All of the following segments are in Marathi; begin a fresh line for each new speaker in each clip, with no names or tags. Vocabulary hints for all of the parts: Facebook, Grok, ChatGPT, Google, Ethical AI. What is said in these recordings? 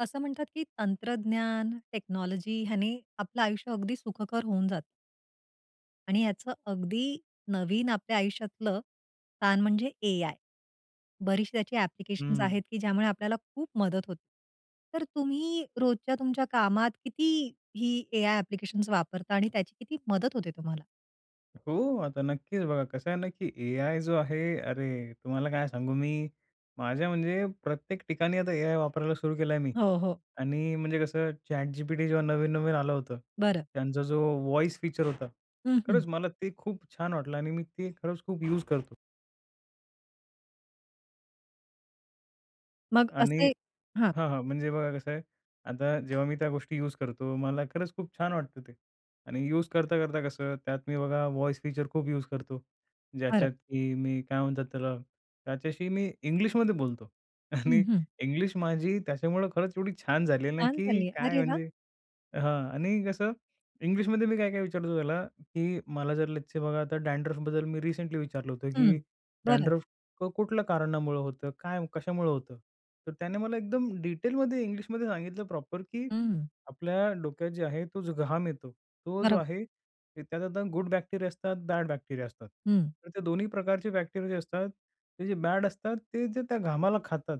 असं म्हणतात की तंत्रज्ञान, टेक्नॉलॉजी ह्याने आपलं आयुष्य अगदी सुखकर होऊन जातं आणि याचं अगदी नवीन आपल्या आयुष्यातलं स्थान म्हणजे एआय. बरीचशी त्याची ॲप्लिकेशन्स
हं.
आहेत की ज्यामुळे आपल्याला खूप मदत होते. तर तुम्ही रोजच्या तुमच्या कामात किती ही एआय ॲप्लिकेशन्स वापरता आणि त्याची किती मदत होते तुम्हाला?
हो, आता नक्कीच बघा कसं आहे ना, की एआय जो आहे, अरे तुम्हाला काय सांगू मी, माझ्या म्हणजे प्रत्येक ठिकाणी आता एआय वापरायला सुरू केलाय मी.
हो, हो.
आणि म्हणजे कसं ChatGPT जेव्हा नवीन-नवीन आलं होतं,
बरं.
त्यांचा जो व्हॉईस फीचर होता,
हं, हं.
खरंच मला ते खूप छान वाटलं आणि मी ते खरंच खूप यूज करतो
मग
आणि
असे हां,
हां, हां. म्हणजे बघा कसं आहे, आता जेव्हा मी त्या गोष्टी यूज करतो, मला खरंच खूप छान वाटतं ते. आणि यूज करता-करता कसं त्यात मी बघा व्हॉईस फीचर खूप यूज करतो.
बरं.
ज्याच्यात की मी काय म्हणतात त्याला, त्याच्याशी मी इंग्लिशमध्ये बोलतो.
हं,
आणि
हं.
इंग्लिश माझी त्याच्यामुळं खरंच एवढी छान झाली आहे ना,
छान
की
चालली,
काय
अरे वाह!
म्हणजे हां. आणि कसं इंग्लिशमध्ये मी काय-काय विचारतो त्याला, की मला जर लेट्स बघा आता डॅन्ड्रफबद्दल मी रिसेंटली विचारलं होतं,
हं.
की
बरं.
डॅन्ड्रफ कुठल्या कारणामुळं होतं? काय कशामुळं होतं? तर त्याने मला एकदम डिटेलमध्ये इंग्लिशमध्ये सांगितलं प्रॉपर, की
हं.
आपल्या डोक्यात जे आहे तो जो घाम येतो, तो जो
बरोबर.
आहे त्यात आता गुड बॅक्टेरिया असतात, बॅड बॅक्टेरिया असतात.
हं.
तर ते दोन्ही प्रकारचे बॅक्टेरिया जे असतात, ते जे बॅड असतात, ते जे त्या घामाला खातात.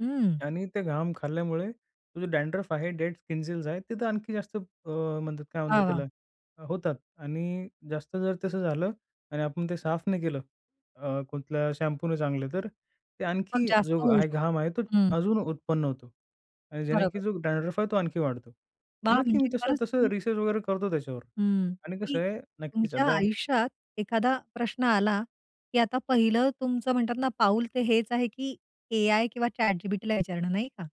हं.
आणि ते घाम खाल्ल्यामुळे तो जो डॅन्ड्रफ आहे, डेड स्किन सेल्स आहेत, ते तर आणखी जास्त म्हणतात काय म्हणतात
वाह! वाह!
त्याला, होतात आणि जास्त जर तसं झालं आणि आपण ते साफ नाही केलं कुठल्या शॅम्पूने चांगले, तर ते
मग
आणखी
जास्त
जो
होऊ
आहे
शकतो.
घाम आहे तो
हं.
अजून उत्पन्न होतो आणि ज्याने की
बरोबर.
जो डॅन्ड्रफ आहे तो आणखी वाढतो.
वाह!
नक्की मी
म्हणजे
तसं
खरंच
तसं
तुम्ही
रिसर्च वगैरे करतो त्याच्यावर
हं.
आणि कसं
तुम्ही
आहे नक्कीच
तुमच्या
आता
आयुष्यात एखादा प्रश्न आला, की आता पहिलं तुमचं म्हणतात ना पाऊल ते हेच आहे, की एआय किंवा ChatGPTला विचारणं नाही का?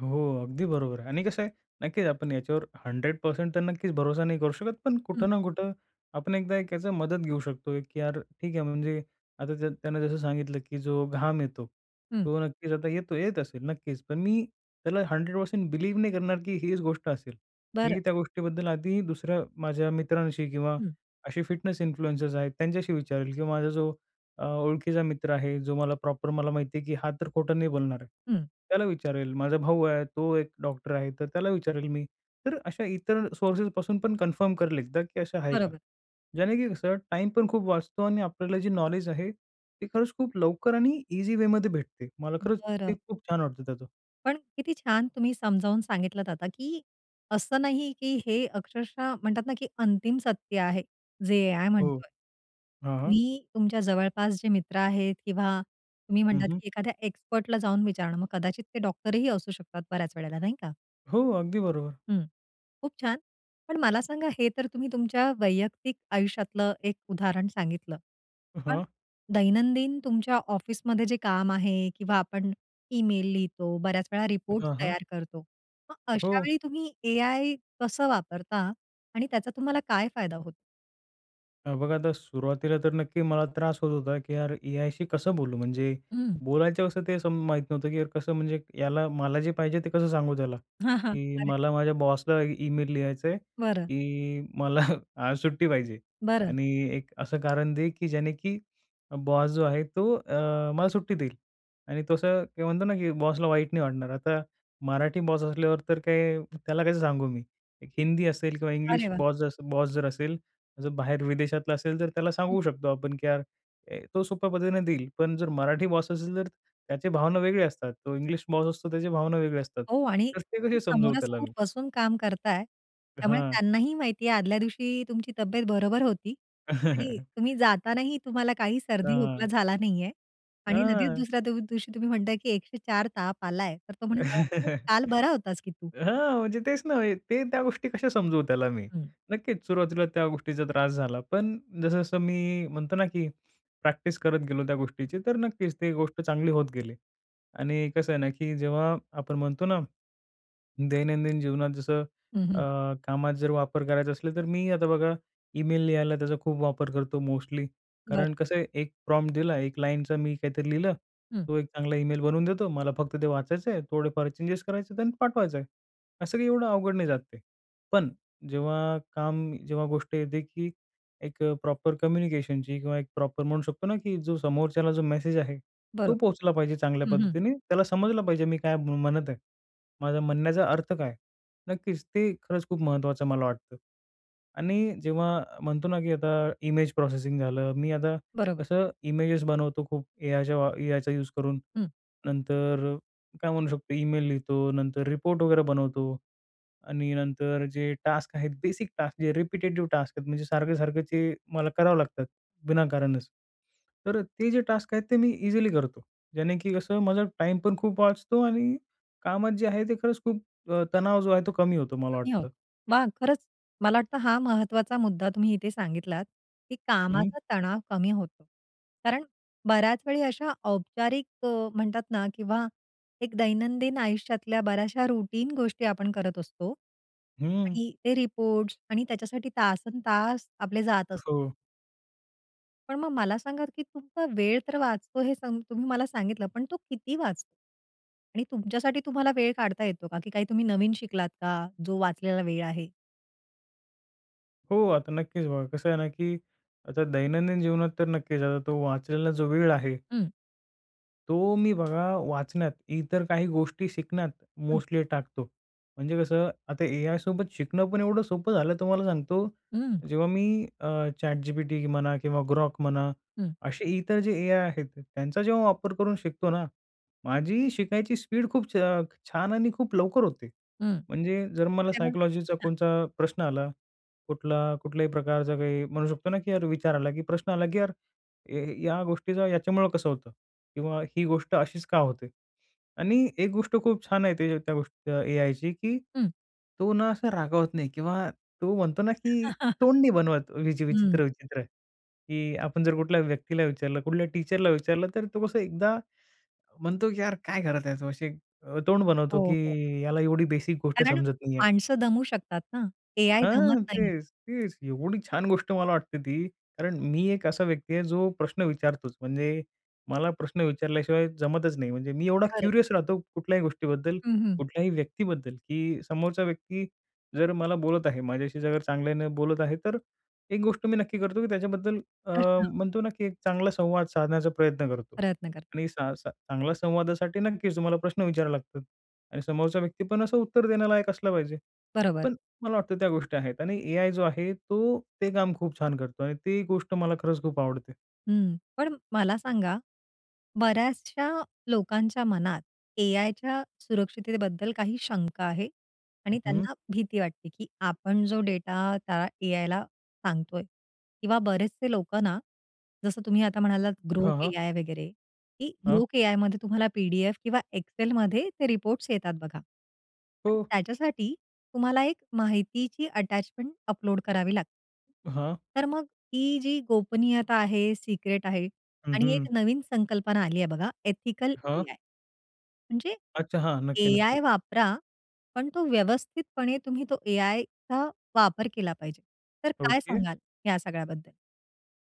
हो, अगदी बरोबर आहे. आणि कसं आहे, नक्कीच आपण याच्यावर 100% तर नक्कीच भरोसा नाही करू शकत. पण
हं,
कुठं ना कुठं आपण एकदा एक याचं मदत घेऊ शकतो, की यार ठीक आहे म्हणजे आता त्यानं जसं सांगितलं, की जो घाम येतो,
हं.
तो नक्कीच आता येत असेल नक्कीच. पण मी त्याला 100% बिलीव्ह नाही करणार, की हीच गोष्ट असेल.
बरं.
मी त्या गोष्टीबद्दल आधी दुसऱ्या माझ्या मित्रांशी किंवा
हं,
असे फिटनेस इन्फ्लुएन्सर्स आहेत त्यांच्याशी विचारेल किंवा माझा जो ओळखीचा मित्र आहे, जो मला प्रॉपर मला माहिती आहे, की हा तर खोटं नाही बोलणार आहे.
हं.
त्याला विचारेल. माझा भाऊ आहे, तो एक डॉक्टर आहे, तर त्याला विचारेल मी. तर अशा इतर सोर्सेसपासून पण कन्फर्म करेल एकदा, की असं आहे का?
बरोबर.
ज्याने की कसं टाइम पण खूप वाचतो आणि आपल्याला जे नॉलेज आहे, ते खरंच खूप लवकर आणि ईझी वेमध्ये भेटते. मला खरंच ते
बरं.
खूप छान वाटतं त्याचं.
पण किती छान तुम्ही समजावून सांगितलंत आता, की असं नाही, की हे अक्षरशः म्हणतात ना, की अंतिम सत्य आहे, जे एआय
हो.
म्हणतोय.
हां, हां.
मी तुमच्या जवळपास जे मित्र आहेत किंवा तुम्ही म्हणतात, की एखाद्या एक्सपर्टला जाऊन विचारणं, मग कदाचित ते डॉक्टरही असू शकतात बऱ्याच वेळेला, नाही का?
हो, अगदी बरोबर.
हं. खूप छान. पण मला सांगा, हे तर तुम्ही तुमच्या वैयक्तिक आयुष्यातलं एक उदाहरण सांगितलं. पण
हां.
दैनंदिन तुमच्या ऑफिसमध्ये जे काम आहे किंवा आपण ईमेल लिहितो, बऱ्याच वेळा रिपोर्ट्स
हां, हां.
तयार करतो. मग अशा
हो.
वेळी तुम्ही एआय कसं वापरता आणि त्याचा तुम्हाला काय फायदा होतो?
बघा आता सुरुवातीला तर नक्की मला त्रास होत होता, की यार एआयशी कसं बोलू? म्हणजे
हं.
बोलायचं कसं ते सम माहीत नव्हतं, की यार कसं म्हणजे याला मला जे पाहिजे ते कसं सांगू त्याला?
हां, हां.
की
अरे,
मला माझ्या बॉसला ईमेल लिहायचं आहे,
बरं,
की मला आज सुट्टी पाहिजे
बरं.
आणि एक असं कारण दे, की ज्याने की बॉस जो आहे तो मला सुट्टी देईल आणि तसं ते म्हणतो ना, की बॉसला वाईट नाही वाटणार. आता मराठी बॉस असल्यावर तर काय त्याला कसं सांगू मी? एक हिंदी असेल किंवा इंग्लिश
अरे वाह!
बॉस बॉस जर असेल जर बाहेर विदेशातला असेल तर त्याला सांगू शकतो आपण, की यार ए, तो सोप्या पद्धतीने देईल. पण जर मराठी बॉस असेल तर त्याची भावना वेगळी असतात. तो इंग्लिश बॉस असतो त्याची भावना वेगळी असतात.
हो आणि
तर ते
तुम्ही
कसे समजवू त्याला मी?
समोरासमोर बसून काम करताय, त्यामुळे
हां.
त्यांनाही माहिती आहे आदल्या दिवशी तुमची तब्येत बरोबर होती आणि तुम्ही जातानाही तुम्हाला काही सर्दी,
हां.
खोकला झाला नाहीये आणि लगेच
हां.
दुसऱ्या दिवशी तुम्ही म्हणताय, की 104 ताप आलाय, तर तो म्हणेल, "अरे, काल बरा होतास की तू."
हां, म्हणजे तेच ना, ते त्या गोष्टी कशा समजवू त्याला मी?
हं,
नक्कीच सुरुवातीला त्या गोष्टीचा त्रास झाला. पण जसं-जसं मी म्हणतो ना, की प्रॅक्टिस करत गेलो त्या गोष्टीची, तर नक्कीच ती गोष्ट चांगली होत गेली. आणि कसं आहे ना, की जेव्हा आपण म्हणतो ना दैनंदिन जीवनात जसं
हं,
अ,
हं.
कामात जर वापर करायचा असला, तर मी आता बघा ईमेल लिहायला त्याचा खूप वापर करतो मोस्टली. कारण
बरं.
कसं आहे, एक प्रॉम्प्ट दिला, एक लाईनचा मी काहीतरी लिहिलं,
हं,
तो एक चांगला ईमेल बनवून देतो. मला फक्त ते वाचायचं आहे, थोडेफार चेंजेस करायचे आहेत आणि पाठवायचं आहे. असं काही एवढं अवघड नाही जात ते. पण जेव्हा काम जेव्हा गोष्ट येते, की एक प्रॉपर कम्युनिकेशनची किंवा एक प्रॉपर म्हणू शकतो ना, की जो समोरच्याला जो मेसेज आहे, तो
बरोबर.
पोहोचला पाहिजे चांगल्या
हं, हं.
पद्धतीने. त्याला समजलं पाहिजे मी काय म्हणत आहे. माझा म्हणण्याचा अर्थ काय? नक्कीच, ते खरंच खूप महत्त्वाचं मला वाटतं. आणि जेव्हा म्हणतो ना, की आता इमेज प्रोसेसिंग झालं. मी आता
बरोबर.
कसं इमेजेस बनवतो खूप एआयच्या वा एआयचा यूज करून.
हं.
नंतर काय म्हणू शकतो, ईमेल लिहितो, नंतर रिपोर्ट वगैरे बनवतो. आणि नंतर जे टास्क आहेत, बेसिक टास्क जे रिपिटेटिव्ह टास्क आहेत, म्हणजे सारखे-सारखे ते मला करावं लागतात विनाकारणच. तर ते जे टास्क आहेत ते मी इझिली करतो. ज्याने की कसं माझा टाइम पण खूप वाचतो आणि कामात जे आहे ते खरंच खूप तणाव जो आहे तो कमी होतो मला
कमी होतो.
वाटतं.
मग खरंच मला वाटतं हा महत्वाचा मुद्दा तुम्ही इथे सांगितलात, की
हं,
कामाचा तणाव कमी होतो. कारण बऱ्याच वेळी अशा औपचारिक म्हणतात ना, किंवा एक दैनंदिन आयुष्यातल्या बऱ्याचशा रूटीन गोष्टी आपण करत असतो
हं.
आणि ते रिपोर्ट्स आणि त्याच्यासाठी तासंतास आपले जात असतात.
हो.
पण मग मला सांगा, की तुमचा वेळ तर वाचतो हे सम तुम्ही मला सांगितलं, पण तो किती वाचतो? आणि तुमच्यासाठी तुम्हाला वेळ काढता येतो का? की काही तुम्ही नवीन शिकलात का, जो वाचलेला वेळ आहे?
हो, आता नक्कीच बघा कसं आहे ना, की आता दैनंदिन जीवनात तर नक्कीच आता तो वाचलेला जो वेळ आहे
हं.
तो मी बघा वाचण्यात, इतर काही गोष्टी शिकण्यात
हं.
मोस्टली टाकतो. म्हणजे कसं आता एआयसोबत शिकणं पण एवढं सोपं झालं तुम्हाला सांगतो.
हं,
जेव्हा मी ChatGPT म्हणा किंवा Grok म्हणा
हं,
असे इतर जे एआय आहेत त्यांचा जेव्हा वापर करून शिकतो ना, माझी शिकायची स्पीड खूप छान आणि खूप लवकर होते.
हं,
म्हणजे जर मला
अरे वाह!
सायकॉलॉजीचा कोणता प्रश्न आला, कुठल्याही प्रकारचा काही म्हणू शकतो ना, की यार विचार आला, की प्रश्न आला, की यार ए या गोष्टीचा याच्यामुळं कसं होतं? किंवा ही गोष्ट अशीच का होते? आणि एक गोष्ट खूप छान आहे ते त्या गोष्टी एआयची, की
हं,
तो ना असा रागावत नाही किंवा तो म्हणतो ना, की तोंड नाही बनवत
हं.
विचित्र-विचित्र, की आपण जर कुठल्या व्यक्तीला विचारलं, कुठल्या टीचरला विचारलं, तर तो कसं एकदा म्हणतो, की "यार काय खरं त्याचं?" असे तोंड बनवतो,
हो, हो.
की "याला एवढी बेसिक गोष्ट
कारण
समजत नाही
माणसं दमू शकतात ना. एआय दमत
हां,
नाही.
तेच, तेच. एवढी छान गोष्ट मला वाटते ती. कारण मी एक असा व्यक्ती आहे जो प्रश्न विचारतोच. म्हणजे मला प्रश्न विचारल्याशिवाय जमतच नाही. म्हणजे मी एवढा
बरं.
क्युरियस राहतो कुठल्याही गोष्टीबद्दल,
हं, हं.
कुठल्याही व्यक्तीबद्दल, की समोरचा व्यक्ती जर मला बोलत आहे, माझ्याशी जर चांगल्यानं बोलत आहे, तर एक गोष्ट मी नक्की करतो की त्याच्याबद्दल अ,
प्रश्न
म्हणतो ना, की एक चांगला संवाद साधण्याचा प्रयत्न करतो.
प्रयत्न करतात.
आणि सा सा चांगला संवादासाठी नक्कीच तुम्हाला प्रश्न विचारावे लागतात. आणि समोरचा व्यक्ती पण असं उत्तर देण्यालायक असला पाहिजे.
बरोबर.
पण मला वाटतं त्या गोष्टी आहेत आणि एआय जो आहे तो ते काम खूप छान करतो आणि ती गोष्ट मला खरंच खूप आवडते.
हं. पण मला सांगा, बऱ्याचशा लोकांच्या मनात एआयच्या सुरक्षिततेबद्दल काही शंका आहे
हं.
आणि
हं.
त्यांना भीती वाटते, की आपण जो डेटा त्या एआयला सांगतोय किंवा बरेचसे लोकं ना, जसं तुम्ही आता म्हणालात
हां,
ग्रोक
हां.
एआय वगैरे, की
हां.
ग्रोक एआयमध्ये तुम्हाला पी-डी-एफ किंवा एक्सेलमध्ये ते रिपोर्ट्स येतात बघा.
हो.
पण त्याच्यासाठी तुम्हाला एक माहितीची अटॅचमेंट अपलोड करावी लागते.
हां.
तर मग ही जी गोपनीयता आहे, सिक्रेट आहे,
हं,
आणि
हं.
एक नवीन संकल्पना आली आहे बघा, एथिकल
हां.
एआय. म्हणजे
अच्छा. हां. नक्की, नक्की.
एआय वापरा, पण तो व्यवस्थितपणे तुम्ही तो एआयचा वापर केला पाहिजे. तर काय
ओके.
सांगाल या सगळ्याबद्दल?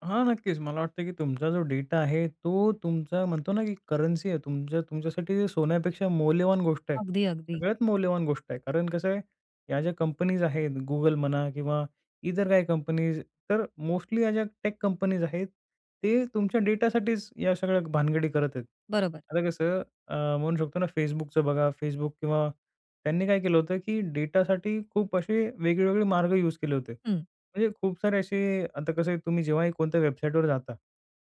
हां, नक्कीच. मला वाटतं की तुमचा जो डेटा आहे, तो तुमचा म्हणतो ना की करन्सी आहे. तुमच्या तुमच्यासाठी ते सोन्यापेक्षा मौल्यवान गोष्ट आहे.
अगदी, अगदी.
सगळ्यात मौल्यवान गोष्ट आहे. कारण कसं आहे, या ज्या कंपनीज आहेत, Google म्हणा किंवा इतर काही कंपनीज, तर मोस्टली या ज्या टेक कंपनीज आहेत, ते तुमच्या डेटासाठीच या सगळ्या भानगडी करत आहेत.
बरोबर.
आता कसं म्हणू शकतो ना Facebookचं बघा, Facebook किंवा त्यांनी काय केलं होतं की डेटासाठी खूप असे वेगळे मार्ग यूज केले होते.
हं,
म्हणजे खूप सारे असे आता कसं आहे तुम्ही जेव्हाही कोणत्या वेबसाईटवर जाता,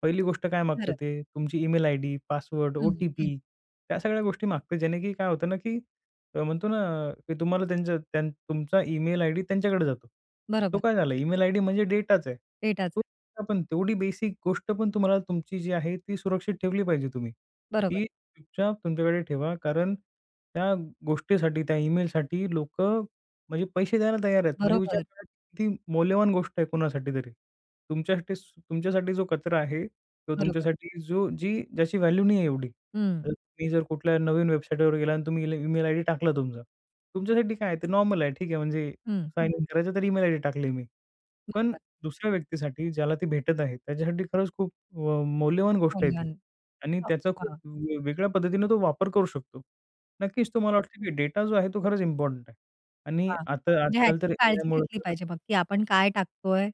पहिली गोष्ट काय मागतं
खरं.
ते तुमची ईमेल आयडी, पासवर्ड,
हं, हं.
ओ-टी-पी त्या सगळ्या गोष्टी मागतं. ज्याने की काय होतं ना, की म्हणतो ना, की तुम्हाला त्यांच्या त्यां तुमचा ईमेल आयडी त्यांच्याकडे जातो. तो
बरोबर.
काय झाला ईमेल आयडी म्हणजे डेटाच आहे. तो
डेटाचं.
आपण तेवढी बेसिक गोष्ट पण तुम्हाला तुमची जी आहे ती सुरक्षित ठेवली पाहिजे तुम्ही.
बरोबर,
ती चुपचाप तुमच्याकडे ठेवा. कारण त्या गोष्टीसाठी, त्या ईमेलसाठी लोकं म्हणजे पैसे द्यायला तयार आहेत. म्हणजे विचार
बरोबर,
करा ती मौल्यवान गोष्ट आहे कोणासाठी तरी. तुमच्यासाठी तुमच्यासाठी जो कचरा आहे किंवा
बरोबर.
तुमच्यासाठी जो जी ज्याची व्हॅल्यू नाही आहे एवढी.
हं,
आता तुम्ही जर कुठल्या नवीन वेबसाईटवर गेला आणि तुम्ही ईमेल आयडी टाकला तुमचा. तुमच्यासाठी काय आहे ते नॉर्मल आहे. ठीक आहे म्हणजे
हं.
साइन इन करायचं तर ईमेल आयडी टाकली मी. पण
बरोबर.
दुसऱ्या व्यक्तीसाठी ज्याला ती भेटत आहे त्याच्यासाठी खरंच खूप मौल्यवान गोष्ट आहे ती.
मौल्यवान.
आणि
हो,
त्याचा खूप
वाह!
वेगळ्या पद्धतीने तो वापर करू शकतो. नक्कीच तो मला वाटतं की डेटा जो आहे तो खरंच इम्पोर्टंट आहे. आणि
वाह!
आता
म्हणजे
आजकाल
ह्याची
तर
काळजी
एआयमुळे
घेतली
तर
पाहिजे मग, की आपण काय टाकतोय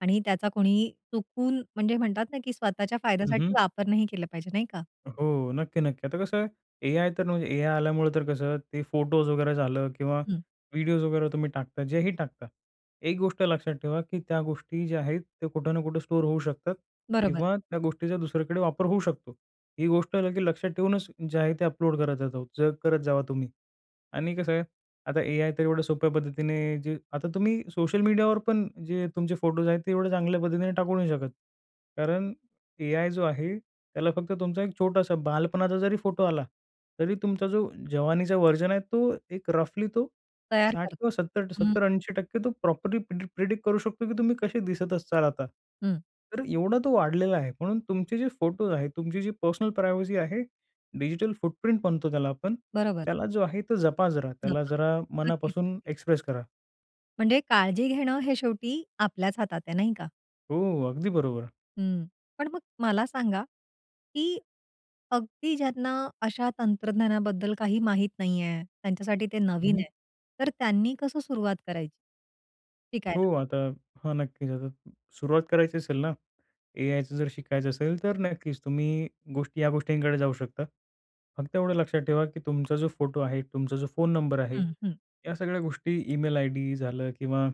आणि त्याचा कोणी चुकून म्हणजे म्हणतात ना, की स्वतःच्या फायद्यासाठी
हं,
वापर नाही केला पाहिजे, नाही का?
हो. नक्की, नक्की. आता कसं एआय तर म्हणजे एआय आल्यामुळे तर कसं ते फोटोज वगैरे झालं किंवा
हं,
व्हिडिओज वगैरे तुम्ही टाकता, जेही टाकता. एक गोष्ट लक्षात ठेवा, की त्या गोष्टी ज्या आहेत त्या कुठं ना कुठं स्टोअर होऊ शकतात
बरोबर.
किंवा त्या गोष्टीचा दुसरीकडे वापर होऊ शकतो. ही गोष्ट लक्षात ठेवूनच जे आहे ते अपलोड करत जातो करत जावा तुम्ही. आणि कसं आहे, आता एआय तर एवढ्या सोप्या पद्धतीने जे आता तुम्ही सोशल मीडियावर पण जे तुमचे फोटोज आहेत, ते एवढ्या चांगल्या पद्धतीने टाकू नाही शकत. कारण एआय जो आहे, त्याला फक्त तुमचा एक छोटासा बालपणाचा जरी फोटो आला, तरी तुमचा जो जवानीचा व्हर्जन आहे, तो एक रफली तो
तयार
60
करतो.
किंवा 70
हं,
70 टक्के तो प्रॉपरली प्रिडिक्ट करू शकतो, की तुम्ही कसे दिसत असाल आता.
हं.
तर एवढा तो वाढलेला आहे. म्हणून तुमचे जे फोटोज आहेत, तुमची जी पर्सनल प्रायव्हसी आहे, डिजिटल फुटप्रिंट म्हणतो त्याला आपण.
बरोबर.
त्याला जो आहे तो जपा जरा. त्याला
नफा.
जरा
नक्कीच,
मनापासून
नक्कीच.
एक्सप्रेस करा.
म्हणजे काळजी घेणं हे शेवटी आपल्याच हातात आहे, नाही का?
हो, अगदी बरोबर.
हं. पण मग मला सांगा, की अगदी ज्यांना अशा तंत्रज्ञानाबद्दल काही माहीत नाहीये, त्यांच्यासाठी ते नवीन
हं.
आहे, तर त्यांनी कसं सुरुवात करायची?
हो,
शिकायला?
आता हां, नक्कीच. आता सुरुवात करायची असेल ना, एआयचं जर शिकायचं असेल, तर नक्कीच तुम्ही या गोष्टींकडे जाऊ शकता. फक्त एवढं लक्षात ठेवा, की तुमचा जो फोटो आहे, तुमचा जो फोन नंबर आहे,
हं, हं.
या सगळ्या गोष्टी ईमेल आयडी झालं किंवा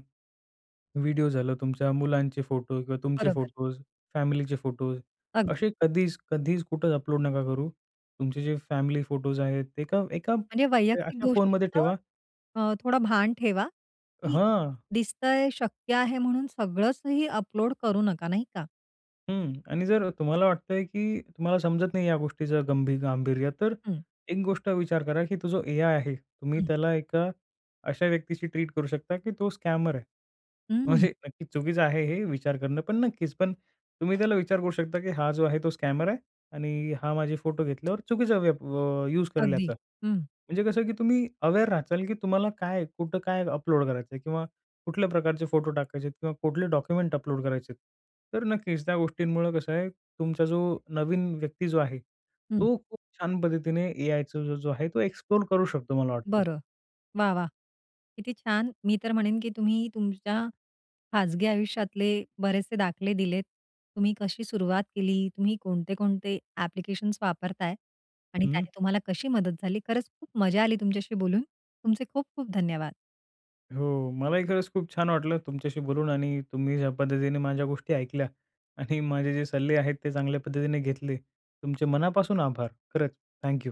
व्हिडिओ झालं तुमच्या मुलांचे फोटो किंवा तुमचे
बरोबर,
फोटोज, फॅमिलीचे फोटोज
अगदी.
असे कधीच, कधीच कुठंच अपलोड नका करू. तुमचे जे फॅमिली फोटोज आहेत ते एका एका
म्हणजे वैयक्तिक
अशा फोनमध्ये
गोष्टींचं
ठेवा
थोडं भान ठेवा, की
हां.
दिसतंय, शक्य आहे म्हणून सगळंचही अपलोड करू नका, नाही का?
हं. आणि जर तुम्हाला वाटतंय, की तुम्हाला समजत नाही या गोष्टीचं गांभीर्य, तर
हं,
एक गोष्ट विचार करा, की तो जो एआय आहे, तुम्ही
हं,
त्याला एका अशा व्यक्तीशी ट्रीट करू शकता, की तो स्कॅमर आहे.
हं,
म्हणजे नक्कीच चुकीचं आहे हे विचार करणं, पण नक्कीच. पण तुम्ही त्याला विचार करू शकता, की हा जो आहे तो स्कॅमर आहे आणि हा माझे फोटो घेतल्यावर चुकीचा वेप यूज करेल
अगदी.
याचा.
हं,
म्हणजे कसं, की तुम्ही अवेअर राहाल, की तुम्हाला काय, कुठं काय अपलोड करायचं किंवा कुठल्या प्रकारचे फोटो टाकायचे आहेत किंवा कुठले डॉक्युमेंट अपलोड करायचे आहेत. तर नक्कीच त्या गोष्टींमुळं कसं आहे, तुमचा जो नवीन व्यक्ती जो आहे,
हं.
तो खूप छान पद्धतीने एआयचा जो जो आहे तो एक्सप्लोर करू शकतो मला वाटतं.
बरं. वाह! वाह! किती छान. मी तर म्हणेन, की तुम्ही तुमच्या खाजगी आयुष्यातले बरेचसे दाखले दिलेत. तुम्ही कशी सुरुवात केली, तुम्ही कोणते-कोणते ॲप्लिकेशन्स वापरताय आणि
हं.
त्याने तुम्हाला कशी मदत झाली. खरंच खूप मजा आली तुमच्याशी बोलून. तुमचे खूप खूप धन्यवाद.
हो, मलाही खरंच खूप छान वाटलं तुमच्याशी बोलून आणि तुम्ही ज्या पद्धतीने माझ्या गोष्टी ऐकल्या आणि माझे जे सल्ले आहेत ते चांगल्या पद्धतीने घेतले. तुमचे मनापासून आभार. खरंच थँक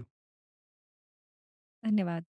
धन्यवाद.